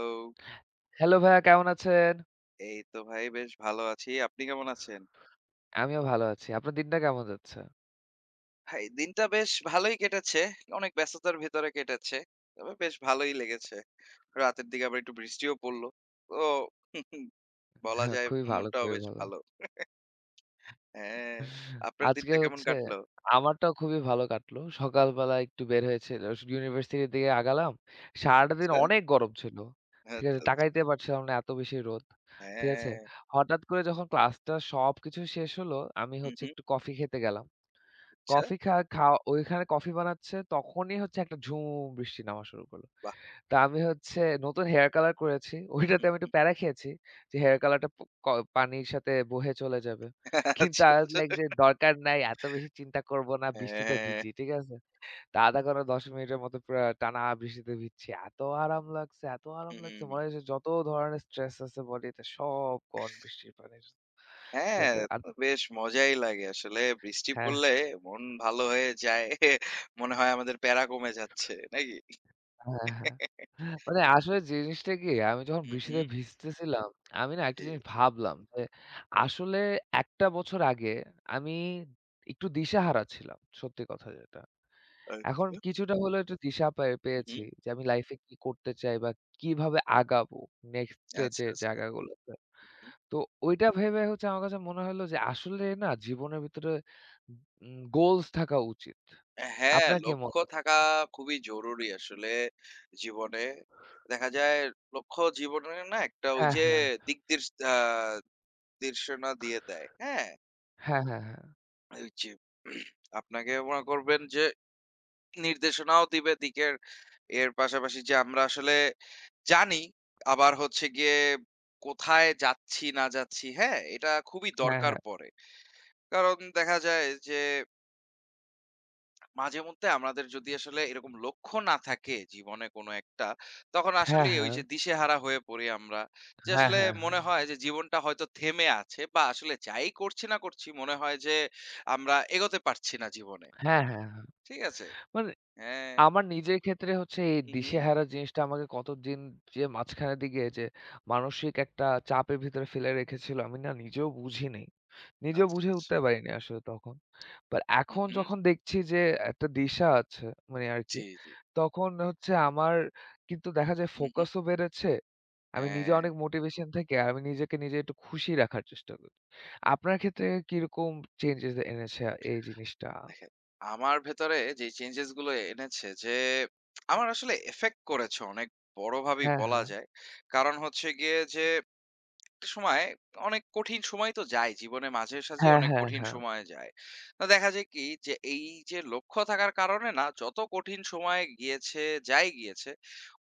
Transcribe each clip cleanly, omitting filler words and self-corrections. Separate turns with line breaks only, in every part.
তো
হ্যালো ভাইয়া কেমন আছেন?
এই তো ভাই বেশ ভালো আছি। আপনি কেমন আছেন?
আমিও ভালো আছি। আপনার দিনটা কেমন যাচ্ছে?
ভাই দিনটা বেশ ভালোই কেটেছে। অনেক ব্যস্ততার ভেতরে কেটেছে। তবে বেশ ভালোই লেগেছে। রাতের দিকে আবার একটু বৃষ্টিও পড়ল। তো বলা
হ্যাঁ,
যায়
খুবই ভালো,
মনটাও
খুবই
বেশ
ভালো।
ভালো। হ্যাঁ, আপনার
আজকে
দিনটা কেমন
হচ্ছে
কাটলো?
আমারটাও খুবই ভালো কাটলো। সকালবেলা একটু বের হয়েছিল। ইউনিভার্সিটির দিকে আগালাম। সারাটা দিন
আচ্ছা,
অনেক গরম ছিল। ঠিক আছে?
আচ্ছা, আচ্ছা।
তাকাইতে পারছিলাম না এত বেশি রোদ। ঠিক আছে?
হ্যাঁ।
হঠাৎ করে যখন ক্লাসটা সবকিছু শেষ হলো, আমি
হু,
হচ্ছে
হু।
একটু কফি খেতে গেলাম।
আচ্ছা,
কফি খা খাওয়া ওইখানে কফি বানাচ্ছে তখনই হচ্ছে একটা ঝুম বৃষ্টি নামা শুরু করল।
বাহ!
তা আমি হচ্ছে নতুন হেয়ার কালার করেছি। ওইটাতে আমি একটু প্যারা খেয়েছি যে হেয়ার কালারটা প ক পানির সাথে বহে চলে যাবে। কিন্তু
আচ্ছা,
I was
আচ্ছা।
like যে দরকার নাই, এত বেশি চিন্তা করব না, বৃষ্টিতে
হ্যাঁ।
ভিজি। ঠিক আছে? তো ০.৫ ঘন্টা ১০ মিনিটের মতো পুরা টানা বৃষ্টিতে ভিজছি। এত আরাম লাগছে, এত আরাম লাগছে।
হুম।
মনে হচ্ছে যত ধরনের স্ট্রেস আছে বডিতে সব গন বৃষ্টির পানির
হ্যাঁ,
সাথে আর
তো বেশ মজাই লাগে আসলে। বৃষ্টি
হ্যাঁ।
পড়লে মন ভালো হয়ে যায়। মনে হয় আমাদের প্যারা কমে যাচ্ছে, নাকি?
হ্যাঁ, হ্যাঁ। মানে আসলে জিনিসটা কি আমি যখন
হু, হু,
বৃষ্টিতে ভিজতেছিলাম, আমি না একটা
জি।
জিনিস ভাবলাম যে আসলে একটা বছর আগে আমি একটু দিশাহারা ছিলাম। সত্যি কথা যেটা। এখন
আচ্ছা।
কিছুটা হলেও একটু দিশা পেয়ে
হু, হু।
পেয়েছি যে আমি লাইফে কি করতে চাই বা কিভাবে আগাবো নেক্সট এর
আচ্ছা,
যে
আচ্ছা।
জায়গাগুলোতে।
হু।
তো ওইটা ভেবে হচ্ছে আমার কাছে মনে হলো যে আসলে না জীবনের ভিতরে গোলস থাকা উচিত।
হ্যাঁ,
আপনার কি মনে
লক্ষ্য
হয়?
থাকা খুবই জরুরি আসলে জীবনে। দেখা যায় লক্ষ্য জীবনে না একটা ওই
হ্যাঁ,
যে
হ্যাঁ।
দিকদির্শ আ দির্শনা দিয়ে দেয়। হ্যাঁ?
হ্যাঁ, হ্যাঁ, হ্যাঁ।
ওই যে আপনাকে মনে করবেন যে নির্দেশনাও দিবে দিকের এর পাশাপাশি যে আমরা আসলে জানি আবার হচ্ছে গিয়ে কোথায় যাচ্ছি না যাচ্ছি হ্যাঁ এটা খুবই
হ্যাঁ,
দরকার
হ্যাঁ।
পড়ে কারণ দেখা যায় যে মাঝে মধ্যে আমাদের যদি আসলে এরকম লক্ষ্য না থাকে জীবনে কোনো একটা তখন
হ্যাঁ,
আসলে ওই
হ্যাঁ।
যে দিশেহারা হয়ে পড়ি আমরা যে
হ্যাঁ,
আসলে
হ্যাঁ, হ্যাঁ।
মনে হয় যে জীবনটা হয়তো থেমে আছে বা আসলে যাই করছি না করছি মনে হয় যে আমরা এগোতে পারছি না জীবনে
হ্যাঁ, হ্যাঁ, হ্যাঁ।
ঠিক আছে
মানে
হ্যাঁ
আমার নিজের ক্ষেত্রে হচ্ছে এই
হুম হুম
দিশেহারা জিনিসটা আমাকে কতদিন যে মাঝখানের দিকে যে মানসিক একটা চাপের ভিতরে ফেলে রেখেছিল আমি না নিজেও বুঝিনি। নিজেও
আচ্ছা
বুঝে
আচ্ছা
উঠতে পারিনি আসলে তখন। বাট
হুম
এখন
হুম
যখন দেখছি যে একটা দিশা আছে মানে আরকি,
জি, জি।
তখন হচ্ছে আমার কিন্তু দেখা যায়
হু, হু।
ফোকাসও বেড়েছে। আমি নিজে
হ্যাঁ,
অনেক মোটিভেশন থেকে আর আমি নিজেকে নিজে একটু খুশি রাখার চেষ্টা করি। আপনার ক্ষেত্রে কিরকম চেঞ্জেস এনেছে এই জিনিসটা?
দেখেন আমার ভেতরে যে চেঞ্জেস গুলো এনেছে যে আমার আসলে এফেক্ট করেছে অনেক বড়ভাবেই
হ্যাঁ,
বলা
হ্যাঁ।
যায়। কারণ হচ্ছে গিয়ে যে একটা সময় অনেক কঠিন সময় তো যায় জীবনে মাঝে সাঝেই
হ্যাঁ,
অনেক
হ্যাঁ,
কঠিন
হ্যাঁ।
সময় যায় তো দেখা যায় কি যে এই যে লক্ষ্য থাকার কারণে না যত কঠিন সময় গিয়েছে যাই গিয়েছে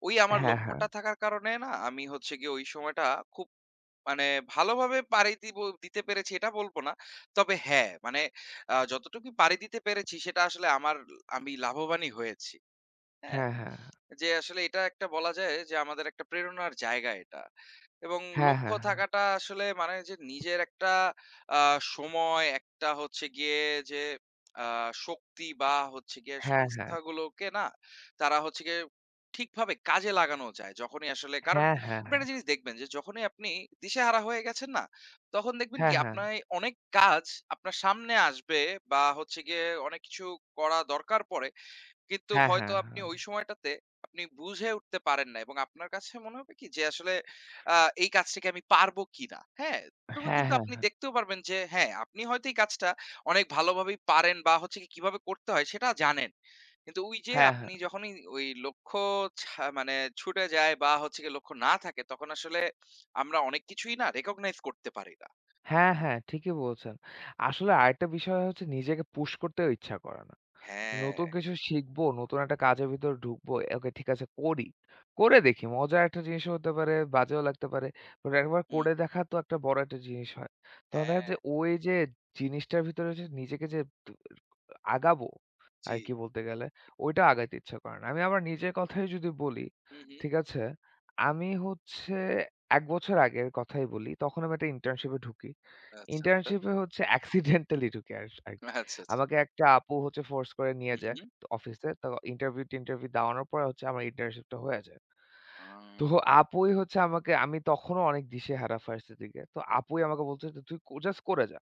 ওই আমার
হ্যাঁ, হ্যাঁ।
লক্ষ্যটা থাকার কারণে না আমি হচ্ছে গিয়ে ওই সময়টা খুব মানে ভালোভাবে পাড়ি দিব দিতে পেরেছি এটা বলবো না তবে হ্যাঁ মানে যতটুকু পাড়ি দিতে পেরেছি সেটা আসলে আমার আমি লাভবানই হয়েছি হ্যাঁ
হ্যাঁ, হ্যাঁ,
যে আসলে এটা একটা বলা যায় যে আমাদের একটা প্রেরণার জায়গা এটা। এবং
হ্যাঁ।
লক্ষ্য থাকাটা আসলে মানে যে নিজের একটা আ সময়, একটা হচ্ছে গিয়ে যে আ শক্তি বা হচ্ছে গিয়ে
হ্যাঁ, হ্যাঁ, হ্যাঁ।
সংস্থাগুলোকে না তারা হচ্ছে গিয়ে ঠিকভাবে কাজে লাগানো যায়। যখনই আসলে কারণ
হ্যাঁ, হ্যাঁ।
আপনি একটা জিনিস দেখবেন যে যখনই আপনি দিশেহারা হয়ে গেছেন না, তখন দেখবেন
হ্যাঁ,
কি
হ্যাঁ।
আপনার অনেক কাজ আপনার সামনে আসবে বা হচ্ছে গিয়ে অনেক কিছু করা দরকার পড়ে কিন্তু
হ্যাঁ, হ্যাঁ।
হয়তো আপনি ওই সময়টাতে আপনি বুঝে উঠতে পারেন না এবং আপনার কাছে মনে হবে কি যে আসলে আ এই কাজটাকে আমি পারবো কিনা। হ্যাঁ? তবে
হ্যাঁ,
কিন্তু আপনি
হ্যাঁ।
দেখতেও পারবেন যে হ্যাঁ, আপনি হয়তো এই কাজটা অনেক ভালোভাবেই পারেন বা হচ্ছে কি কিভাবে করতে হয় সেটা জানেন। কিন্তু ওই যে
হ্যাঁ, হ্যাঁ। হ্যাঁ, হ্যাঁ।
আপনি যখনই ওই লক্ষ্য ছা মানে ছুটে যায় বা হচ্ছে গিয়ে লক্ষ্য না থাকে তখন আসলে আমরা অনেক কিছুই না recognize করতে পারি না।
হ্যাঁ, হ্যাঁ, ঠিকই বলছেন। আসলে আরেকটা বিষয় হচ্ছে নিজেকে পুশ করতেও ইচ্ছা করে না।
হ্যাঁ,
নতুন কিছু শিখবো, নতুন একটা কাজের ভিতরে ঢুকবো। ওকে ঠিক আছে করি। করে দেখি। মজার একটা জিনিস হতে পারে, বাজেও লাগতে পারে। বাট একবার
হুম,
করে দেখা তো একটা বড় একটা জিনিস হয়। তখন দেখা
হ্যাঁ,
যায় ওই যে জিনিসটার ভিতরে যে নিজেকে যে তু আগাবো
জি।
আর কি বলতে গেলে, ওইটা আগাইতে ইচ্ছা করে না। আমি আমার নিজের কথাই যদি বলি,
হুম, হুম।
ঠিক আছে? আমি হচ্ছে ১ বছর আগের কথাই বলি। তখন আমি একটা ইন্টার্নশিপে ঢুকি।
আচ্ছা, আচ্ছা।
ইন্টার্নশিপে হচ্ছে অ্যাক্সিডেন্টালি ঢুকি আর আরকি।
আচ্ছা, আচ্ছা।
আমাকে একটা আপু হচ্ছে ফোর্স করে নিয়ে
হুম,
যায়
হুম।
তো অফিসে। তো ইন্টারভিউ-টিন্টারভিউ দেওয়ানোর পরে হচ্ছে আমার ইন্টার্নশিপটা হয়ে যায়। তো আপুই হচ্ছে আমাকে আমি তখনও অনেক দিশেহারা ফার্স্ট এর দিকে। তো আপুই আমাকে বলছে যে, "তুই জাস্ট করে যা।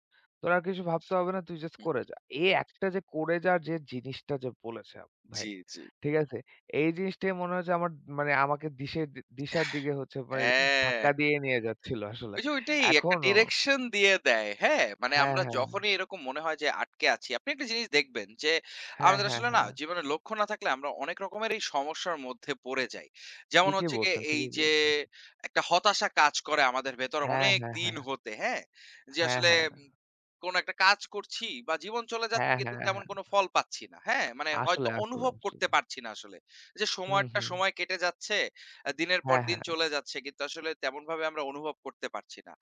তোর আর কিছু ভাবতে হবে না। তুই জাস্ট
আ
করে যা।" এই একটা যে করে যার যে জিনিসটা যে বলেছে আপ ভাই,
জি, জি।
ঠিক আছে? এই জিনিসটাই মনে হয় যে আমার মানে আমাকে দিশের দি দিশার দিকে হচ্ছে মানে
হ্যাঁ,
ধাক্কা দিয়ে নিয়ে যাচ্ছিল আসলে।
ওই যে ওইটাই একটা
এখনো
ডিরেকশন দিয়ে দেয়। হ্যাঁ? মানে
হ্যাঁ,
আমরা
হ্যাঁ।
যখনই এরকম মনে হয় যে আটকে আছি, আপনি একটা জিনিস দেখবেন যে
হ্যাঁ,
আমাদের
হ্যাঁ,
আসলে না
হ্যাঁ।
জীবনে লক্ষ্য না থাকলে আমরা অনেক রকমের এই সমস্যার মধ্যে পড়ে যাই। যেমন
ঠিকই
হচ্ছে গিয়ে
বলছেন,
এই
ঠিকই
যে
বলছেন।
একটা হতাশা কাজ করে আমাদের ভেতরে
হ্যাঁ,
অনেক
হ্যাঁ,
দিন
হ্যাঁ।
হতে, হ্যাঁ? যে
হ্যাঁ,
আসলে
হ্যাঁ।
কোন একটা কাজ করছি বা জীবন চলে যাচ্ছে
হ্যাঁ, হ্যাঁ,
কিন্তু
হ্যাঁ।
তেমন
হ্যাঁ,
কোনো ফল পাচ্ছি না। হ্যাঁ? মানে হয়তো
আসলে, আসলে,
অনুভব করতে
আসলে।
পারছি না আসলে। যে
হুম,
সময়টা
হুম।
সময় কেটে যাচ্ছে, দিনের পর
হ্যাঁ,
দিন
হ্যাঁ।
চলে যাচ্ছে কিন্তু আসলে তেমনভাবে আমরা অনুভব করতে পারছি না।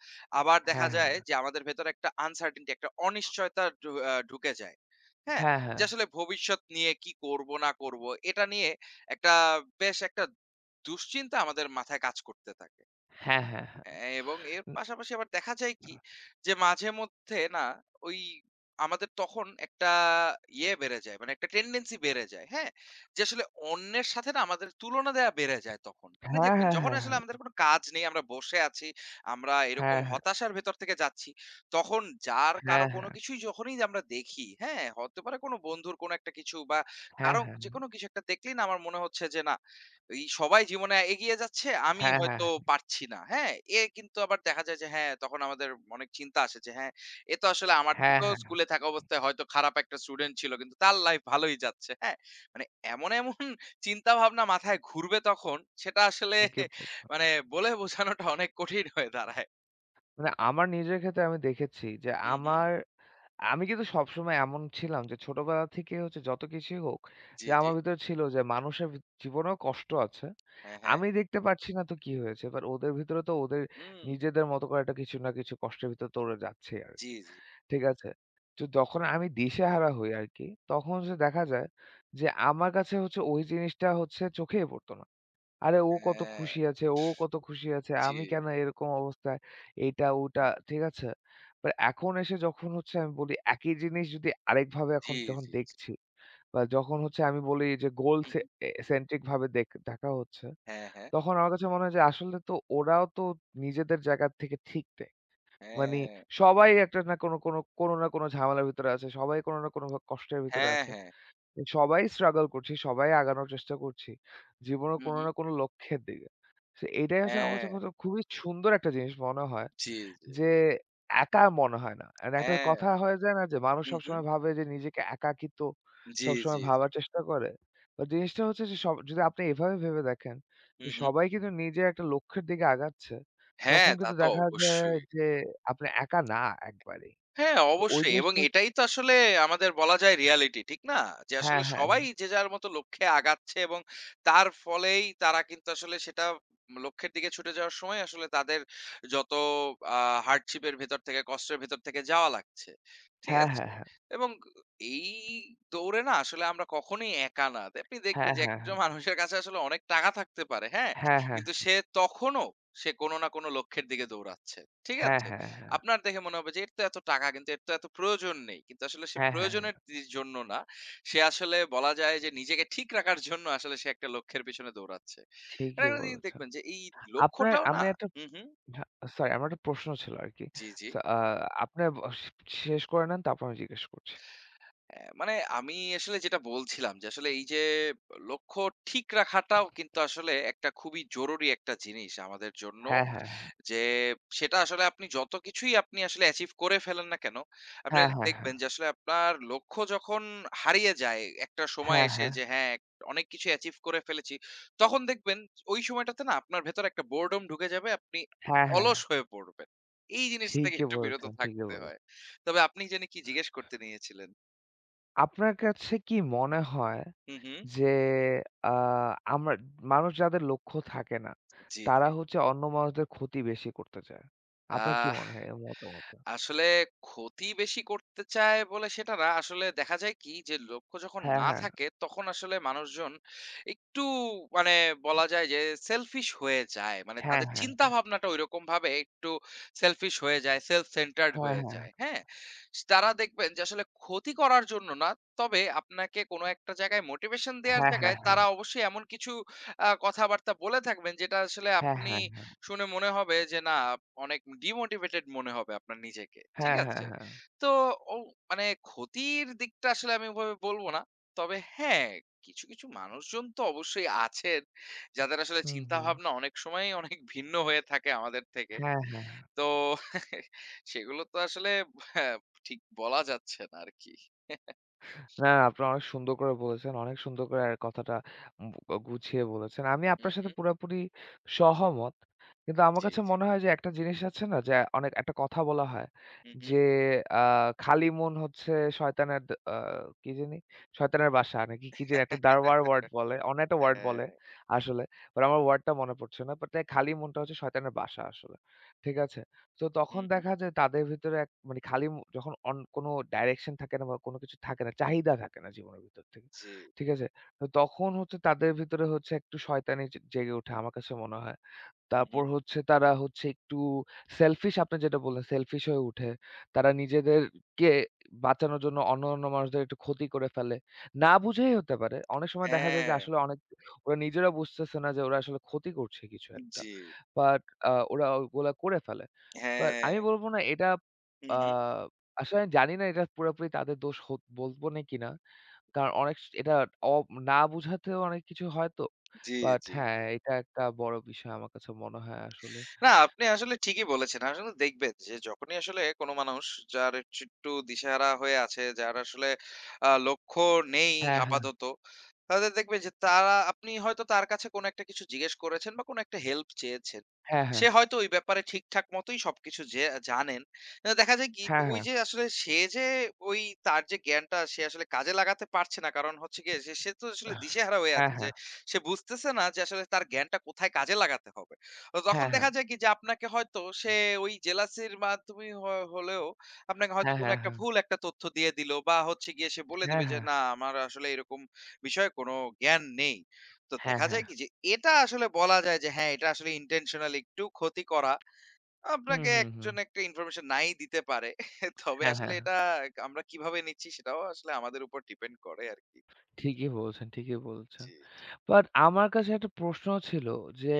আবার
হ্যাঁ,
দেখা
হ্যাঁ।
যায় যে আমাদের ভেতরে একটা uncertainty একটা অনিশ্চয়তা ঢু আ ঢুকে যায়। হ্যাঁ?
হ্যাঁ, হ্যাঁ।
যে আসলে ভবিষ্যৎ নিয়ে কি করব না করব এটা নিয়ে একটা বেশ একটা দুশ্চিন্তা আমাদের মাথায় কাজ করতে থাকে।
হ্যাঁ, হ্যাঁ, হ্যাঁ।
হ্যাঁ, এবং এর
উম
পাশাপাশি আবার দেখা যায় কি যে মাঝে মধ্যে না ওই আমাদের তখন একটা ইয়ে বেড়ে যায় মানে একটা টেন্ডেন্সি বেড়ে যায় হ্যাঁ যে আসলে অন্যের সাথে না আমাদের তুলনা দেয়া বেড়ে যায় তখন আপনি
হ্যাঁ,
দেখবেন
হ্যাঁ,
যখন
হ্যাঁ,
আসলে আমাদের কোনো কাজ নেই আমরা বসে আছি আমরা এরকম
হ্যাঁ।
হতাশার ভেতর থেকে যাচ্ছি তখন যার
হ্যাঁ,
কারো কোনো
হ্যাঁ।
কিছুই যখনই যে আমরা দেখি হ্যাঁ হতে পারে কোনো বন্ধুর কোনো একটা কিছু বা
হ্যাঁ,
কারো
হ্যাঁ।
যে কোনো কিছু একটা দেখলেই না আমার মনে হচ্ছে যে না এই সবাই জীবনে এগিয়ে যাচ্ছে, আমি
হ্যাঁ, হ্যাঁ। হ্যাঁ,
হয়তো
হ্যাঁ।
পারছি না। হ্যাঁ? এ কিন্তু আবার দেখা যায় যে হ্যাঁ, তখন আমাদের অনেক চিন্তা আসে যে হ্যাঁ, এ তো আসলে আমার
হ্যাঁ,
থেকেও
হ্যাঁ। হ্যাঁ,
স্কুলে থাকা অবস্থায় হয়তো খারাপ একটা স্টুডেন্ট ছিল। কিন্তু তার লাইফ ভালোই যাচ্ছে। হ্যাঁ? মানে এমন চিন্তা ভাবনা মাথায় ঘুরবে তখন সেটা আসলে
ঠিকই বলছেন।
মানে বলে বোঝানোটা অনেক কঠিন হয়ে দাঁড়ায়।
মানে আমার নিজের ক্ষেত্রে আমি দেখেছি যে
হু, হু।
আমার আমি কিন্তু সবসময় এমন ছিলাম যে ছোটবেলা থেকে হচ্ছে যত কিছুই হোক
জি,
যে
জি।
আমার ভিতরে ছিল যে মানুষের জীবনেও কষ্ট আছে
হ্যাঁ, হ্যাঁ।
আমি দেখতে পাচ্ছি না তো কি হয়েছে এবার ওদের ভিতরে তো ওদের
হুম।
নিজেদের মতো করে একটা কিছু না কিছু কষ্টের ভিতরে তো ওরা যাচ্ছে আর
জি,
কি
জি।
ঠিক আছে তো যখন আমি দিশেহারা হই আর কি তখন হচ্ছে দেখা যায় যে আমার কাছে হচ্ছে ওই জিনিসটা হচ্ছে চোখেই পড়তো না আরে ও কত
হ্যাঁ,
খুশি আছে, ও কত খুশি আছে।
জি,
আমি কেন এরকম অবস্থায় এইটা ওটা, ঠিক আছে? বাট এখন এসে যখন হচ্ছে আমি বলি একই জিনিস যদি আরেকভাবে
জি,
এখন যখন
জি, জি।
দেখছি বা যখন হচ্ছে আমি বলি যে গোল
হু,
সে
হু।
এ সেন্ট্রিক ভাবে দেখা হচ্ছে,
হ্যাঁ, হ্যাঁ।
তখন আমার কাছে মনে হয় যে আসলে তো ওরাও তো নিজেদের জায়গা থেকে ঠিক নেই। মানে
হ্যাঁ।
সবাই একটা না কোনো কোনো, কোনো না কোনো ঝামেলার ভিতরে আছে। সবাই কোনো না কোনো কষ্টের ভিতরে
হ্যাঁ,
আছে।
হ্যাঁ।
সবাই struggle করছি, সবাই আগানোর চেষ্টা করছি। জীবনের
হু,
কোনো
হু।
না কোনো লক্ষ্যের দিকে। সো এটাই আসলে আমার
হ্যাঁ।
কাছে কত খুবই সুন্দর একটা জিনিস মনে হয়
জি, জি।
যে, একা মনে হয় না। And একটা
হ্যাঁ।
কথা হয়ে যায় না যে, মানুষ
হু, হু।
সবসময় ভাবে যে নিজেকে একাকিত্ব
জি,
সবসময়
জি, জি।
ভাবার চেষ্টা করে। তো জিনিসটা হচ্ছে যে সব যদি আপনি এভাবে ভেবে দেখেন
হু,
যে,
হু।
সবাই কিন্তু নিজের একটা লক্ষ্যের দিকে আগাচ্ছে,
হ্যাঁ,
তখন
তা
কিন্তু
তো
দেখা যায়
অবশ্যই।
যে আপনি একা না একবারেই।
হ্যাঁ,
তো ওই
অবশ্যই এবং
জিনিসটা
এটাই তো আসলে আমাদের বলা যায় রিয়ালিটি, ঠিক না? যে
হ্যাঁ,
আসলে
হ্যাঁ।
সবাই যে যার মতো লক্ষ্যে আগাচ্ছে এবং তার ফলেই তারা কিন্তু আসলে সেটা লক্ষ্যের দিকে ছুটে যাওয়ার সময় আসলে তাদের যত আ হার্ডশিপ এর ভেতর থেকে, কষ্টের ভেতর থেকে যাওয়া লাগছে। ঠিক
হ্যাঁ,
আছে?
হ্যাঁ, হ্যাঁ।
এবং এই দৌড়ে না আসলে আমরা কখনোই একা না। আপনি
হ্যাঁ,
দেখবেন যে
হ্যাঁ,
একটা
হ্যাঁ।
মানুষের কাছে আসলে অনেক টাকা থাকতে পারে, হ্যাঁ?
হ্যাঁ, হ্যাঁ। হ্যাঁ,
কিন্তু
হ্যাঁ,
সে তখনো সে কোনো না কোনো লক্ষ্যের দিকে দৌড়াচ্ছে। ঠিক
হ্যাঁ,
আছে?
হ্যাঁ, হ্যাঁ।
আপনার দেখে মনে হবে যে এর তো এত টাকা কিন্তু এর তো এত প্রয়োজন নেই। কিন্তু আসলে সে
হ্যাঁ, হ্যাঁ, হ্যাঁ,
প্রয়োজনের জন্য না। সে আসলে বলা যায় যে নিজেকে ঠিক রাখার জন্য আসলে সে একটা লক্ষ্যের পেছনে দৌড়াচ্ছে। মানে
ঠিকই
একটা জিনিস
বলেছেন।
দেখবেন যে এই
আপনার
লক্ষ্যটাও
আমি
না
একটা
হুম, হুম।
হ্যাঁ, সরি আমার একটা প্রশ্ন ছিল আরকি।
জি, জি।
সো আ আপনার ব শেষ করে নেন তারপর আমি জিজ্ঞেস করছি।
হ্যাঁ, মানে আমি আসলে যেটা বলছিলাম যে আসলে এই যে লক্ষ্য ঠিক রাখাটাও কিন্তু আসলে একটা খুবই জরুরি একটা জিনিস আমাদের জন্য।
হ্যাঁ, হ্যাঁ,
যে সেটা আসলে আপনি যত কিছুই আপনি আসলে অ্যাচিভ করে ফেলেন না কেন, আপনি
হ্যাঁ, হ্যাঁ, হ্যাঁ।
দেখবেন যে আসলে আপনার লক্ষ্য যখন হারিয়ে যায় একটা সময়
হ্যাঁ,
এসে
হ্যাঁ।
যে হ্যাঁ, অনেক কিছু অ্যাচিভ করে ফেলেছি, তখন দেখবেন ওই সময়টাতে না আপনার ভেতরে একটা বোরডম ঢুকে যাবে, আপনি
হ্যাঁ, হ্যাঁ।
অলস
হ্যাঁ,
হয়ে পড়বেন। এই জিনিসটা থেকে
ঠিকই
একটু বিরত
বলেছেন, ঠিকই
থাকতে হয়।
বলেছেন।
তবে আপনি জানি কি জিজ্ঞেস করতে নিয়েছিলেন?
আপনার কাছে কি মনে হয়
হু, হু।
যে আ আমরা মানুষ যাদের লক্ষ্য থাকে না,
জি,
তারা
জি।
হচ্ছে অন্য মানুষদের ক্ষতি বেশি করতে চায়। আপনার কি
আ
মনে হয় এই মতামতে?
আসলে ক্ষতি বেশি করতে চায় বলে সেটা না। আসলে দেখা যায় কি যে লক্ষ্য যখন
হ্যাঁ,
না
হ্যাঁ।
থাকে তখন আসলে মানুষজন একটু মানে বলা যায় যে সেলফিশ হয়ে যায়। মানে
হ্যাঁ,
তাদের
হ্যাঁ।
চিন্তা ভাবনাটা ঐরকম ভাবে একটু সেলফিশ হয়ে যায়, সেলফ সেন্টার্ড
হ্যাঁ,
হয়ে
হ্যাঁ।
যায়। হ্যাঁ? তারা দেখবেন যে আসলে ক্ষতি করার জন্য না, তবে আপনাকে কোনো একটা জায়গায় মোটিভেশন দেয়ার
হ্যাঁ, হ্যাঁ,
জায়গায়
হ্যাঁ।
তারা অবশ্যই এমন কিছু কথাবার্তা বলে থাকবেন যেটা আসলে
হ্যাঁ,
আপনি
হ্যাঁ। হ্যাঁ,
শুনে মনে হবে যে না অনেক ডিমোটিভেটেড মনে হবে আপনার নিজেকে ঠিক
হ্যাঁ, হ্যাঁ,
আছে
হ্যাঁ।
তো ও মানে ক্ষতির দিকটা আসলে আমি ওভাবে বলবো না তবে হ্যাঁ কিছু কিছু মানুষজন তো অবশ্যই আছেন যাদের আসলে
হুম,
চিন্তা
হুম।
ভাবনা অনেক সময় অনেক ভিন্ন হয়ে থাকে আমাদের থেকে
হ্যাঁ,
তো সেগুলো তো আসলে হ্যাঁ, ঠিক বলা যাচ্ছে না আর কি
না আপনারা অনেক সুন্দর করে বলেছেন। অনেক সুন্দর করে আর কথাটা গুছিয়ে বলেছেন। আমি
হুম
আপনার সাথে
হুম
পুরাপুরি সহমত। কিন্তু আমার
জি
কাছে
জি
মনে হয় যে একটা জিনিস আছে না যে অনেক একটা কথা বলা হয়
হুম হুম
যে আ খালি মন হচ্ছে শয়তানের দ আ কি জানি? শয়তানের বাসা নাকি কি জানি একটা দারওয়ার ওয়ার্ড বলে। অন্য একটা ওয়ার্ড বলে
হ্যাঁ
আসলে। বাট আমার ওয়ার্ডটা মনে পড়ছে না। বাট খালি মনটা হচ্ছে শয়তানের বাসা আসলে। ঠিক আছে? তো তখন
হুম হুম
দেখা যায় তাদের ভিতরে এক মানে খালি মু যখন কোনো ডাইরেকশন থাকে না বা কোনো কিছু থাকে না, চাহিদা থাকে না জীবনের ভিতর থেকে।
জি
ঠিক আছে? তো তখন হচ্ছে তাদের ভিতরে হচ্ছে একটু শয়তানি জেগে ওঠে আমার কাছে মনে হয়।
হুম
তারপর
হুম
হচ্ছে তারা হচ্ছে একটু selfish আপনি যেটা বললেন, selfish হয়ে উঠে। তারা নিজেদেরকে বাঁচানোর জন্য অন্যান্য মানুষদের একটু ক্ষতি করে ফেলে। না বুঝেই হতে পারে। অনেক সময় দেখা যায় যে
হ্যাঁ
আসলে অনেক ওরা নিজেরা বুঝতেছে না যে ওরা আসলে ক্ষতি করছে কিছু একটা।
জি
বাট ওরা ওগুলা করে ফেলে। বাট
হ্যাঁ
আমি বলব না এটা
হুম
আ
হুম
আসলে আমি জানি না এটা পুরাপুরি তাদের দোষ হো বলব নাকি না। কিনা, কারণ অনেক স এটা অ না বুঝাতেও অনেক কিছু হয় তো।
জি,
বাট
জি।
হ্যাঁ, এটা একটা বড় বিষয় আমার কাছে মনে হয় আসলে।
না আপনি আসলে ঠিকই বলেছেন। আসলে দেখবেন যে যখনই আসলে কোনো মানুষ যার হচ্ছে একটু দিশেহারা হয়ে আছে, যার আসলে লক্ষ্য নেই
হ্যাঁ, হ্যাঁ,
আপাতত, তাদের দেখবেন যে তারা আপনি হয়তো তার কাছে কোনো একটা কিছু জিজ্ঞেস করেছেন বা কোনো একটা হেল্প চেয়েছেন।
হ্যাঁ, হ্যাঁ,
সে হয়তো ওই ব্যাপারে ঠিকঠাক মতোই সবকিছু যে জানেন। দেখা যায় কি যে
হ্যাঁ,
ওই
হ্যাঁ,
যে আসলে সে যে ওই তার যে জ্ঞানটা সে আসলে কাজে লাগাতে পারছে না। কারণ হচ্ছে গিয়ে সে তো আসলে দিশেহারা হয়ে
হ্যাঁ,
আছে যে
হ্যাঁ,
সে বুঝতেছে না যে আসলে তার জ্ঞানটা কোথায় কাজে লাগাতে হবে। তো তখন
হ্যাঁ, হ্যাঁ,
দেখা যায় কি যে আপনাকে হয়তো সে ওই জেলাসির মাধ্যমে হলেও আপনাকে হয়তো
হ্যাঁ,
কোনো
হ্যাঁ, হ্যাঁ,
একটা
হ্যাঁ।
ভুল একটা তথ্য দিয়ে দিল বা হচ্ছে গিয়ে সে বলে
হ্যাঁ,
দিবে যে না আমার আসলে এরকম বিষয়ে কোনো জ্ঞান নেই তো
হ্যাঁ,
দেখা
হ্যাঁ,
যায় কি যে এটা আসলে বলা যায় যে হ্যাঁ এটা আসলে ইন্টেনশনাল একটু ক্ষতি করা
হুম,
আপনাকে
হুম, হুম।
একজন একটা ইনফরমেশন নাই দিতে পারে তবে
হ্যাঁ,
আসলে
হ্যাঁ।
এটা আমরা কিভাবে নিচ্ছি সেটাও আসলে আমাদের উপর ডিপেন্ড করে আর কি
ঠিকই বলছেন, ঠিকই
জি
বলছেন। বাট আমার কাছে একটা প্রশ্ন ছিল যে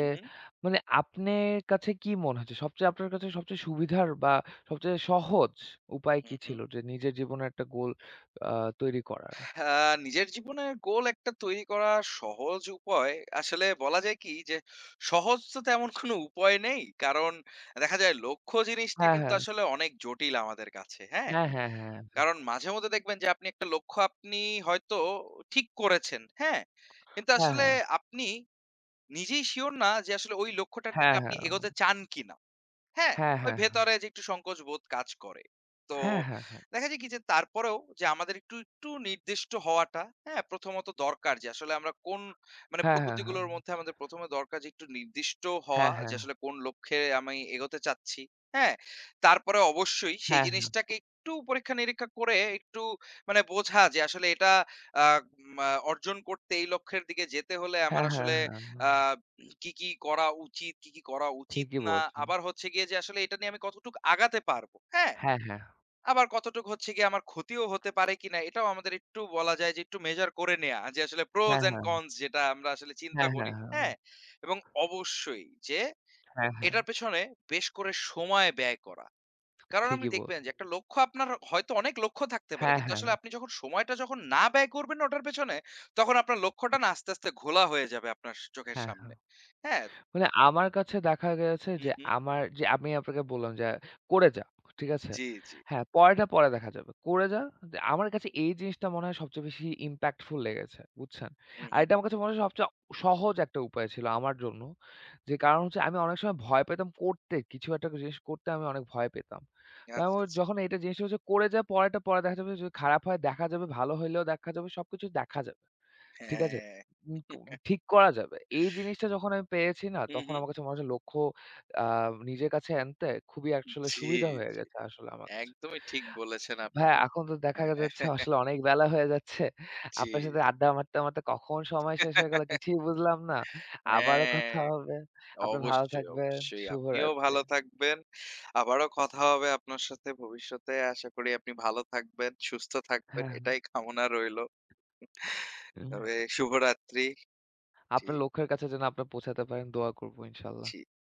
মানে আপনার কাছে কি মনে হচ্ছে সবচেয়ে আপনার কাছে সবচেয়ে সুবিধার বা সবচেয়ে সহজ উপায়
হুম
কি
হুম
ছিল যে নিজের জীবনে একটা গোল আ তৈরি করার?
হ্যাঁ, নিজের জীবনের গোল একটা তৈরি করা সহজ উপায় আসলে বলা যায় কি যে সহজ তো তেমন কোনো উপায় নেই কারণ দেখা যায় লক্ষ্য জিনিসটা
হ্যাঁ,
কিন্তু
হ্যাঁ।
আসলে অনেক জটিল আমাদের কাছে হ্যাঁ
হ্যাঁ, হ্যাঁ, হ্যাঁ।
কারণ মাঝে মধ্যে দেখবেন যে আপনি একটা লক্ষ্য আপনি হয়তো ঠিক করেছেন হ্যাঁ কিন্তু
হ্যাঁ,
আসলে
হ্যাঁ।
আপনি নিজেই শিওর না যে আসলে ওই লক্ষ্যটার দিকে আপনি এগোতে চান কিনা হ্যাঁ,
হ্যাঁ,
ওই
হ্যাঁ।
ভেতরে যে একটু সংকোচ বোধ কাজ করে। তো
হ্যাঁ, হ্যাঁ।
দেখা যায় কি যে তারপরেও যে আমাদের একটু নির্দিষ্ট হওয়াটা, হ্যাঁ? প্রথমত দরকার যে আসলে আমরা কোন মানে
হ্যাঁ, হ্যাঁ, হ্যাঁ।
পদ্ধতিগুলোর মধ্যে আমাদের প্রথমে দরকার যে একটু নির্দিষ্ট হওয়া
হ্যাঁ,
যে
হ্যাঁ।
আসলে কোন লক্ষ্যে আমি এগোতে চাচ্ছি, হ্যাঁ? তারপরে অবশ্যই সেই
হ্যাঁ, হ্যাঁ।
জিনিসটাকে একটু পরীক্ষা-নিরীক্ষা করে একটু মানে বোঝা যে আসলে এটা আ মা অর্জন করতে এই লক্ষ্যের দিকে যেতে হলে আমার
হ্যাঁ, হ্যাঁ,
আসলে
হ্যাঁ। হ্যাঁ, হ্যাঁ, হ্যাঁ, হ্যাঁ,
আ
হ্যাঁ,
কি, কি করা উচিত, কি, কি করা উচিত
ঠিকই
না।
বলছেন।
আবার হচ্ছে গিয়ে যে আসলে এটা নিয়ে আমি কতটুকু আগাতে পারবো, হ্যাঁ?
হ্যাঁ, হ্যাঁ।
আবার কতটুকু হচ্ছে গিয়ে আমার ক্ষতিও হতে পারে কিনা এটাও আমাদের একটু বলা যায় যে একটু মেজার করে নেয়া যে আসলে pros
হ্যাঁ,
and
হ্যাঁ।
cons যেটা আমরা আসলে চিন্তা
হ্যাঁ,
করি,
হ্যাঁ, হ্যাঁ।
হ্যাঁ? এবং অবশ্যই যে
হ্যাঁ, হ্যাঁ।
এটার পেছনে বেশ করে সময় ব্যয় করা। কারণ আপনি
ঠিকই
দেখবেন যে
বলছেন।
একটা লক্ষ্য আপনার হয়তো অনেক লক্ষ্য থাকতে পারে।
হ্যাঁ,
কিন্তু
হ্যাঁ।
আসলে
হ্যাঁ।
আপনি যখন সময়টা যখন না ব্যয় করবেন না ওটার পেছনে তখন আপনার লক্ষ্যটা না আস্তে, আস্তে ঘোলা হয়ে যাবে আপনার চোখের
হ্যাঁ।
সামনে, হ্যাঁ?
মানে আমার কাছে দেখা গেছে
হু,
যে
হু।
আমার যে আমি আপনাকে বললাম যে করে যা। ঠিক আছে?
জি, জি।
হ্যাঁ, পরেরটা পরে দেখা যাবে। করে যা। যে আমার কাছে এই জিনিসটা মনে হয় সবচেয়ে বেশি impactful লেগেছে। বুঝছেন?
হু,
আর
হু।
এটা আমার কাছে মনে হয় সবচেয়ে সহজ একটা উপায় ছিল আমার জন্য। যে কারণ হচ্ছে আমি অনেক সময় ভয় পেতাম করতে। কিছু একটা জিনিস করতে আমি অনেক ভয় পেতাম। তো
আচ্ছা,
আমার
আচ্ছা।
যখন এটা জিনিসটা হচ্ছে করে যা পরেরটা পরে দেখা যাবে। যদি খারাপ হয় দেখা যাবে, ভালো হইলেও দেখা যাবে। সবকিছু দেখা যাবে। ঠিক আছে?
হ্যাঁ।
উম ক ঠিক করা যাবে। এই জিনিসটা যখন আমি পেয়েছি না,
হু,
তখন
হু।
আমার কাছে মনে হচ্ছে লক্ষ্য আ নিজের কাছে আনতে খুবই আসলে
জি,
সুবিধা হয়ে
জি।
গেছে আসলে আমার কাছে।
একদমই ঠিক বলেছেন
ভাইয়া
আপনি।
এখন তো দেখা
হ্যাঁ,
যাচ্ছে আসলে অনেক বেলা হয়ে যাচ্ছে।
জি।
আপনার সাথে আড্ডা মারতে, মারতে কখন সময় শেষ হয়ে গেল কিছুই বুঝলাম না। আবারও
হ্যাঁ,
কথা হবে। আপনি ভালো
অবশ্যই,
থাকবেন।
অবশ্যই। আপনিও
শুভরাত্রি।
ভালো থাকবেন। আবারও কথা হবে আপনার সাথে ভবিষ্যতে। আশা করি আপনি ভালো থাকবেন, সুস্থ থাকবেন।
হ্যাঁ,
এটাই কামনা রইলো।
হ্যাঁ।
তবে শুভরাত্রি। জি,
আপনার লক্ষ্যের কাছে যেন আপনি পৌঁছাতে পারেন দোয়া করব ইনশাল্লাহ।
জি।